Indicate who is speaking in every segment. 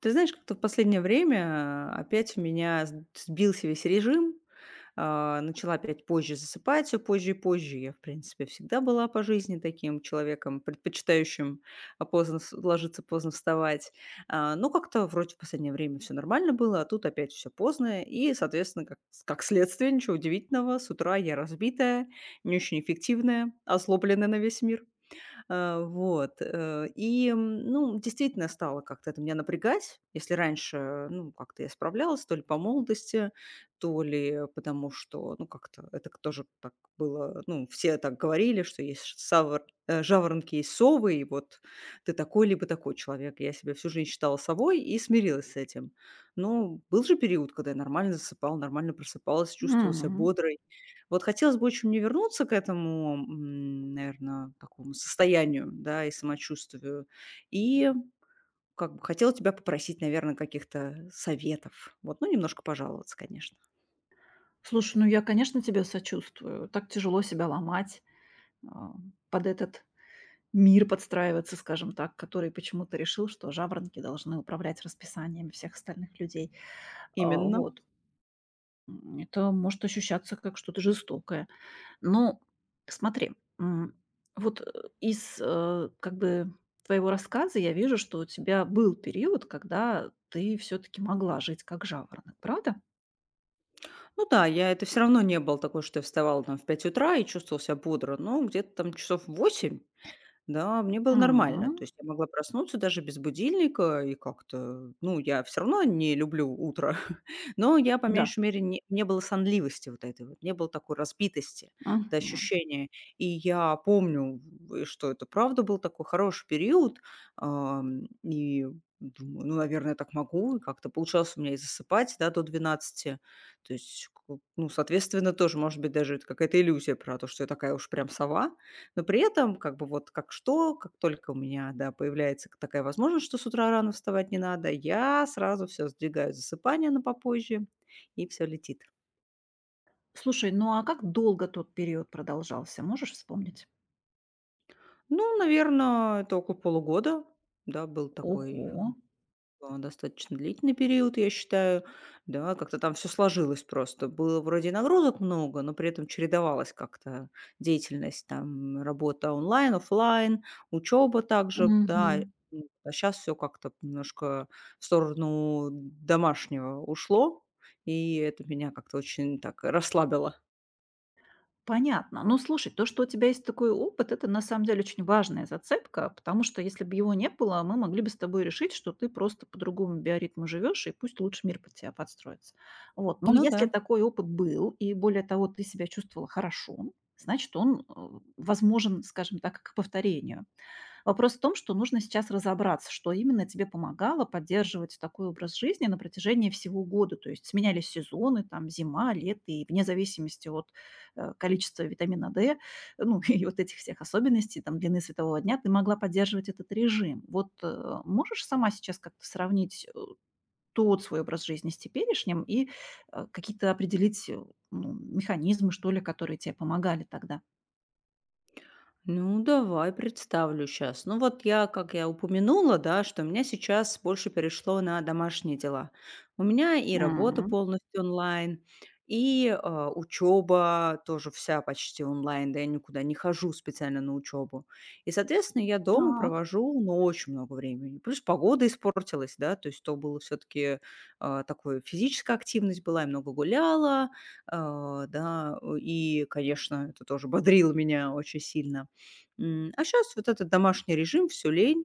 Speaker 1: Ты знаешь, как-то в последнее время опять у меня сбился весь режим. Начала опять позже засыпать, все позже и позже. Я, в принципе, всегда была по жизни таким человеком, предпочитающим ложиться, поздно вставать. Но как-то вроде в последнее время все нормально было, а тут опять все поздно. И, соответственно, как следствие, ничего удивительного, с утра я разбитая, не очень эффективная, озлобленная на весь мир. Действительно стало как-то это меня напрягать. Если раньше, ну, как-то я справлялась, то ли по молодости, то ли потому что, ну, как-то тоже так было, ну, все так говорили, что есть жаворонки и совы, и вот ты такой либо такой человек. Я себя всю жизнь считала совой и смирилась с этим. Но был же период, когда я нормально засыпала, нормально просыпалась, чувствовала себя
Speaker 2: М.
Speaker 1: бодрой, вот хотелось бы очень мне вернуться к этому, наверное, такому состоянию, да, и самочувствию. И как бы хотела тебя попросить, наверное, каких-то советов. Вот, ну, немножко пожаловаться, конечно.
Speaker 2: Слушай, ну я, конечно, тебе сочувствую. Так тяжело себя ломать, а, под этот мир подстраиваться, скажем так, который почему-то решил, что жаворонки должны управлять расписанием всех остальных людей. А,
Speaker 1: Именно.
Speaker 2: вот. Это может ощущаться как что-то жестокое. Но смотри, м, вот из как бы твоего рассказа я вижу, что у тебя был период, когда ты все-таки могла жить как жаворонок, правда?
Speaker 1: Ну да, я это все равно не было такое, что я вставала там в 5 утра и чувствовала себя бодро, но где-то там часов в 8. Да, мне было нормально. То
Speaker 2: М,
Speaker 1: есть я могла проснуться даже без будильника и как-то, ну, я все равно не люблю утро, но я по
Speaker 2: да.
Speaker 1: меньшей мере не было сонливости вот этой вот, не было такой разбитости, да,
Speaker 2: Мгм.
Speaker 1: ощущения. И я помню, в что это правда был такой хороший период, и думаю: «Ну, наверное, я так могу». И как-то получалось у меня и засыпать, да, до 12. То есть, к Ну, соответственно, тоже, может быть, даже это какая-то иллюзия про то, что я такая уж прям сова. Но при этом, как бы как только у меня, да, появляется такая возможность, что с утра рано вставать не надо, я сразу все сдвигаю засыпание на попозже, и все летит.
Speaker 2: Слушай, ну а как долго тот период продолжался, можешь вспомнить?
Speaker 1: Ну, наверное, это около полугода, да, был такой
Speaker 2: Ого.
Speaker 1: Достаточно длительный период, я считаю. Да, как-то там все сложилось просто. Было вроде и нагрузок много, но при этом чередовалась как-то деятельность, там, работа онлайн, оффлайн, учеба также, да.
Speaker 2: Мгм.
Speaker 1: Сейчас все как-то немножко в сторону домашнего ушло, и это меня как-то очень так расслабило.
Speaker 2: Понятно. Ну, слушай, то, что у тебя есть такой опыт, это на самом деле очень важная зацепка, потому что если бы его не было, мы могли бы с тобой решить, что ты просто по другому биоритму живешь, и пусть лучше мир под тебя подстроится. Вот. Но
Speaker 1: Ну
Speaker 2: если
Speaker 1: да.
Speaker 2: такой опыт был, и более того, ты себя чувствовала хорошо, значит, он возможен, скажем так, к повторению. Вопрос в том, что нужно сейчас разобраться, что именно тебе помогало поддерживать такой образ жизни на протяжении всего года. То есть сменялись сезоны, там зима, лето, и вне зависимости от количества витамина D, ну и вот этих всех особенностей, там длины светового дня, ты могла поддерживать этот режим. Вот, можешь сама сейчас как-то сравнить тот свой образ жизни с теперешним и какие-то определить ну, механизмы, что ли, которые тебе помогали тогда?
Speaker 1: Ну, давай представлю сейчас. Ну вот я, как я упомянула, да, что у меня сейчас больше перешло на домашние дела. У меня и работа
Speaker 2: М,
Speaker 1: полностью онлайн, и учеба тоже вся почти онлайн, да я никуда не хожу специально на учебу. И, соответственно, я дома
Speaker 2: так.
Speaker 1: провожу, ну, очень много времени. Плюс погода испортилась, да, то есть то было все-таки такое, физическая активность была, я много гуляла, да, и, конечно, это тоже бодрило меня очень сильно. А сейчас вот этот домашний режим, все лень,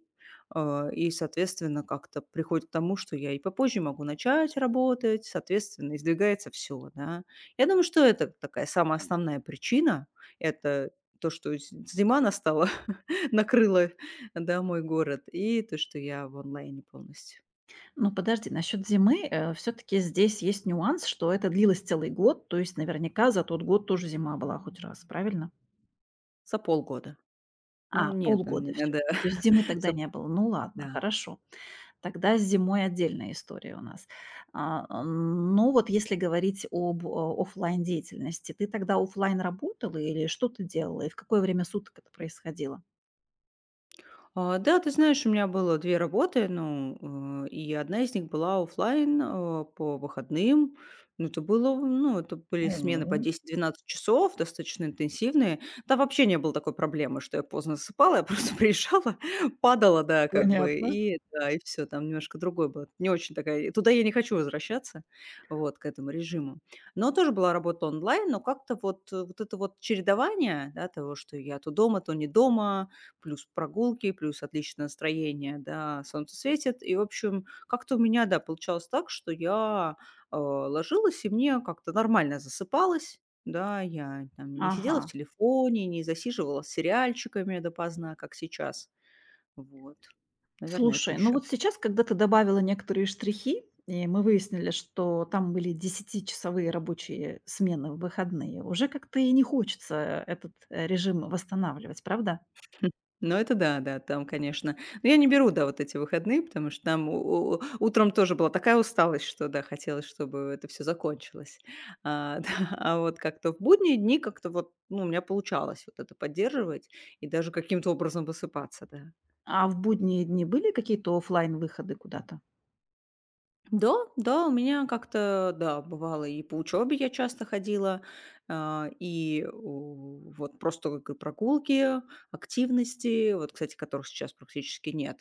Speaker 1: и, соответственно, как-то приходит к тому, что я и попозже могу начать работать, соответственно, издвигается все, да. Я думаю, что это такая самая основная причина. Это то, что з зима настала, накрыла, да, мой город, и то, что я в онлайне полностью.
Speaker 2: Ну, подожди, насчет зимы, все-таки здесь есть нюанс, что это длилось целый год, то есть наверняка за тот год тоже зима была хоть раз, правильно?
Speaker 1: За полгода. Ну
Speaker 2: А,
Speaker 1: нет,
Speaker 2: полгода
Speaker 1: да,
Speaker 2: все-таки. То есть зимы тогда
Speaker 1: за
Speaker 2: не было. Ну ладно,
Speaker 1: да.
Speaker 2: хорошо. Тогда с зимой отдельная история у нас. Но вот если говорить об офлайн деятельности, ты тогда оффлайн работала или что ты делала и в какое время суток это происходило?
Speaker 1: Да, ты знаешь, у меня было 2 работы, ну, и одна из них была оффлайн, по выходным. Ну, это было, ну, это были смены по
Speaker 2: О,
Speaker 1: 10-12 часов, достаточно интенсивные. Там вообще не было такой проблемы, что я поздно засыпала, я просто приезжала, падала, да, как бы,
Speaker 2: понятно.
Speaker 1: и да, и все. Там немножко другой был. Не очень такая, туда я не хочу возвращаться, вот, к этому режиму. Но тоже была работа онлайн, но как-то вот это вот чередование, да, того, что я то дома, то не дома. Плюс прогулки, плюс отличное настроение, да, солнце светит. И, в общем, как-то у меня, да, получалось так, что я, ложилась, и мне как-то нормально засыпалось. Да, я там не сидела в
Speaker 2: Ага.
Speaker 1: телефоне, не засиживалась сериальчиками допоздна, как сейчас. Вот. Наверное, это
Speaker 2: Слушай, ну
Speaker 1: еще.
Speaker 2: вот сейчас, когда ты добавила некоторые штрихи, и мы выяснили, что там были десятичасовые рабочие смены в выходные, уже как-то и не хочется этот режим восстанавливать, правда?
Speaker 1: Хм. Ну, это да, да, там, конечно. Но я не беру, да, вот эти выходные, потому что там у утром тоже была такая усталость, что, да, хотелось, чтобы это все закончилось. Да, а вот как-то в будние дни как-то вот, ну, у меня получалось вот это поддерживать и даже каким-то образом высыпаться, да.
Speaker 2: А в будние дни были какие-то оффлайн выходы куда-то?
Speaker 1: Да, да, у меня как-то, да, бывало и по учебе я часто ходила, а, и у вот просто г прогулки, активности, вот, кстати, которых сейчас практически нет.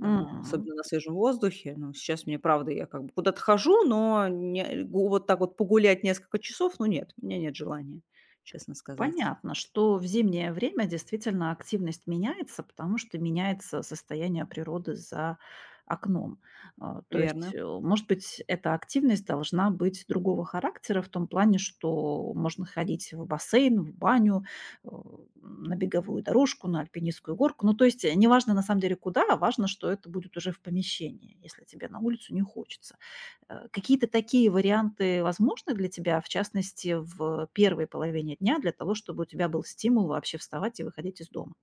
Speaker 1: Да,
Speaker 2: М.
Speaker 1: особенно на свежем воздухе. Ну, сейчас мне, правда, я как бы куда-то хожу, но не гу вот так вот погулять несколько часов, ну, нет, у меня нет желания, честно сказать.
Speaker 2: Понятно, что в зимнее время действительно активность меняется, потому что меняется состояние природы за окном. То есть,
Speaker 1: Верно.
Speaker 2: может быть, эта активность должна быть другого характера в том плане, что можно ходить в бассейн, в баню, э, на беговую дорожку, на альпинистскую горку. Ну, то есть, неважно на самом деле куда, а важно, что это будет уже в помещении, если тебе на улицу не хочется. Какие-то такие варианты возможны для тебя, в частности, в первой половине дня, для того, чтобы у тебя был стимул вообще вставать и выходить из дома?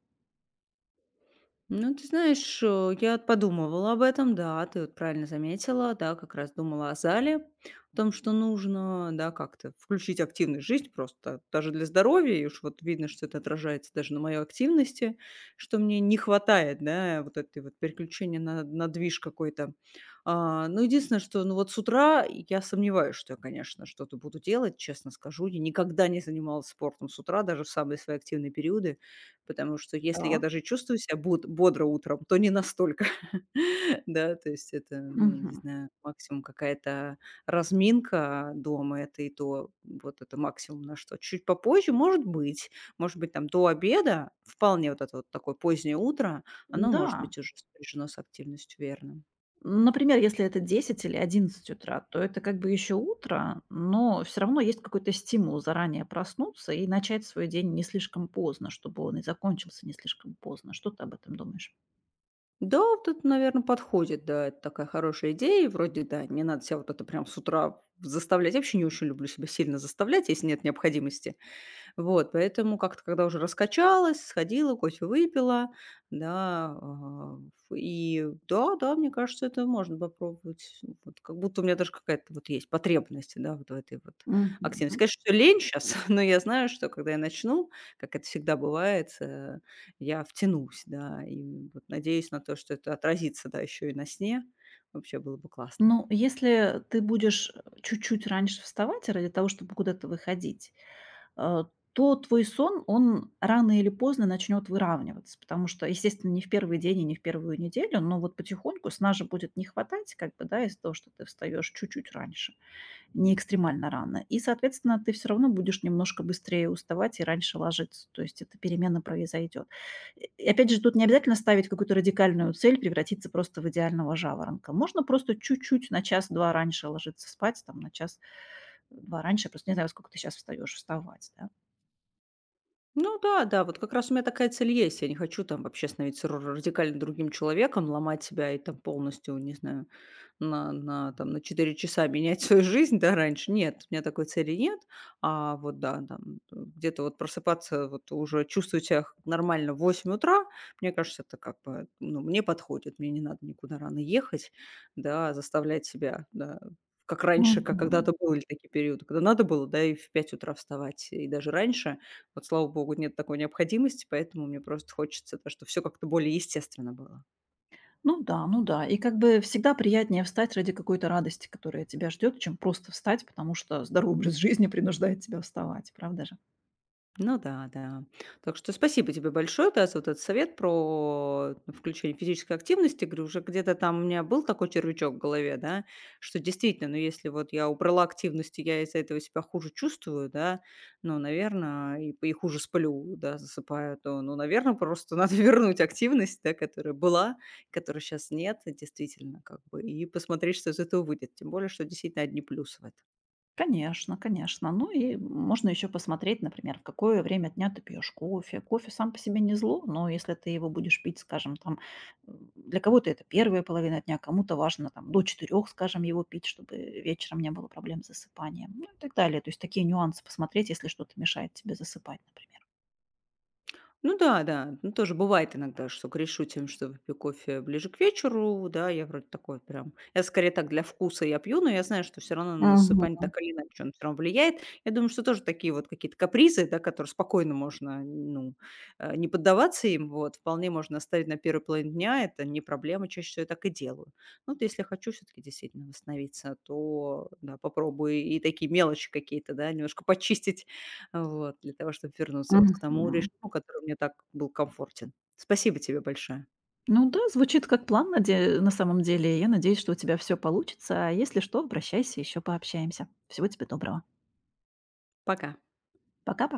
Speaker 1: Ну, ты знаешь, я подумывала об этом, да, ты вот правильно заметила, да, как раз думала о зале, о том, что нужно, да, как-то включить активную жизнь просто даже для здоровья, и уж вот видно, что это отражается даже на моей активности, что мне не хватает, да, вот этой вот переключения на движ какой-то. Ну, единственное, что, ну, вот с утра я сомневаюсь, что я, конечно, что-то буду делать, честно скажу, я никогда не занималась спортом с утра, даже в самые свои активные периоды, потому что если я
Speaker 2: Так.
Speaker 1: даже чувствую себя бодро утром, то не настолько. Да, то есть это, ну, не
Speaker 2: Мгм.
Speaker 1: знаю, максимум какая-то разминка дома, это и то, вот это максимум на что. Чуть попозже, может быть, там до обеда, вполне вот это вот такое позднее утро, оно может
Speaker 2: Да.
Speaker 1: быть уже сопряжено с активностью, верно.
Speaker 2: Например, если это 10 или 11 утра, то это как бы еще утро, но все равно есть какой-то стимул заранее проснуться и начать свой день не слишком поздно, чтобы он и закончился не слишком поздно. Что ты об этом думаешь?
Speaker 1: Да, вот это, наверное, подходит, да, это такая хорошая идея, и вроде, да, не надо себя вот это прям с утра заставлять. Я вообще не очень люблю себя сильно заставлять, если нет необходимости. Вот, поэтому как-то, когда уже раскачалась, сходила, кофе выпила, да, и да, мне кажется, это можно попробовать. Ну, вот, как будто у меня даже какая-то вот есть потребность, да, вот в этой вот активности.
Speaker 2: Мгм.
Speaker 1: Конечно, всё лень сейчас, но я знаю, что когда я начну, как это всегда бывает, я втянусь, да, и вот надеюсь на то, что это отразится, да, еще и на сне. Вообще было бы классно.
Speaker 2: Ну, если ты будешь чуть-чуть раньше вставать ради того, чтобы куда-то выходить, э, то твой сон, он рано или поздно начнет выравниваться. Потому что, естественно, не в первый день и не в первую неделю, но вот потихоньку сна же будет не хватать, как бы, да, из-за того, что ты встаешь чуть-чуть раньше, не экстремально рано. И, соответственно, ты все равно будешь немножко быстрее уставать и раньше ложиться. То есть эта перемена произойдет. И опять же, тут не обязательно ставить какую-то радикальную цель, превратиться просто в идеального жаворонка. Можно просто чуть-чуть на час-два раньше ложиться спать, там на час-два раньше. Просто не знаю, во сколько ты сейчас встаешь вставать, да.
Speaker 1: Ну да, да, вот как раз у меня такая цель есть. Я не хочу там вообще становиться радикально другим человеком, ломать себя и там полностью, не знаю, там, на 4 часа менять свою жизнь, да, раньше. Нет, у меня такой цели нет. А вот да, там где-то вот просыпаться, вот уже чувствовать себя нормально в 8 утра, мне кажется, это как бы, ну, мне подходит, мне не надо никуда рано ехать, да, заставлять себя, да, как раньше, как
Speaker 2: Мгм.
Speaker 1: когда-то были такие периоды, когда надо было, да, и в 5 утра вставать, и даже раньше, вот, слава богу, нет такой необходимости, поэтому мне просто хочется, да, чтоб все как-то более естественно было.
Speaker 2: Ну да, ну да. И как бы всегда приятнее встать ради какой-то радости, которая тебя ждет, чем просто встать, потому что здоровый образ жизни принуждает тебя вставать, правда же?
Speaker 1: Ну да, да. Так что спасибо тебе большое, да, за вот этот совет про включение физической активности. Говорю, уже где-то там у меня был такой червячок в голове, да, что действительно, ну, если вот я убрала активность, и я из-за этого себя хуже чувствую, да, ну, наверное, и хуже сплю, да, засыпаю, то, ну, наверное, просто надо вернуть активность, да, которая была, которой сейчас нет, действительно, как бы, и посмотреть, что из этого выйдет. Тем более, что действительно одни плюсы в этом.
Speaker 2: Конечно, конечно. Ну и можно еще посмотреть, например, в какое время дня ты пьешь кофе. Кофе сам по себе не зло, но если ты его будешь пить, скажем, там, для кого-то это первая половина дня, кому-то важно там до четырех, скажем, его пить, чтобы вечером не было проблем с засыпанием, ну и так далее. То есть такие нюансы посмотреть, если что-то мешает тебе засыпать, например.
Speaker 1: Ну да, да. Ну, тоже бывает иногда, что грешу тем, что выпью кофе ближе к вечеру. Да, я вроде такой прям. Я скорее так для вкуса я пью, но я знаю, что все равно на
Speaker 2: Мгм.
Speaker 1: насыпание так или иначе он все равно влияет. Я думаю, что тоже такие вот какие-то капризы, да, которые спокойно можно, ну, не поддаваться им, вот, вполне можно оставить на первый план дня, это не проблема, чаще всего я так и делаю. Ну, вот если я хочу все-таки действительно восстановиться, то, да, попробую и такие мелочи какие-то, да, немножко почистить, вот, для того, чтобы вернуться вот к тому
Speaker 2: Мгм.
Speaker 1: режиму, который мне так был комфортен. Спасибо тебе большое.
Speaker 2: Ну да, звучит как план на самом деле. Я надеюсь, что у тебя все получится. А если что, обращайся, еще пообщаемся. Всего тебе доброго.
Speaker 1: Пока.
Speaker 2: Пока-пока.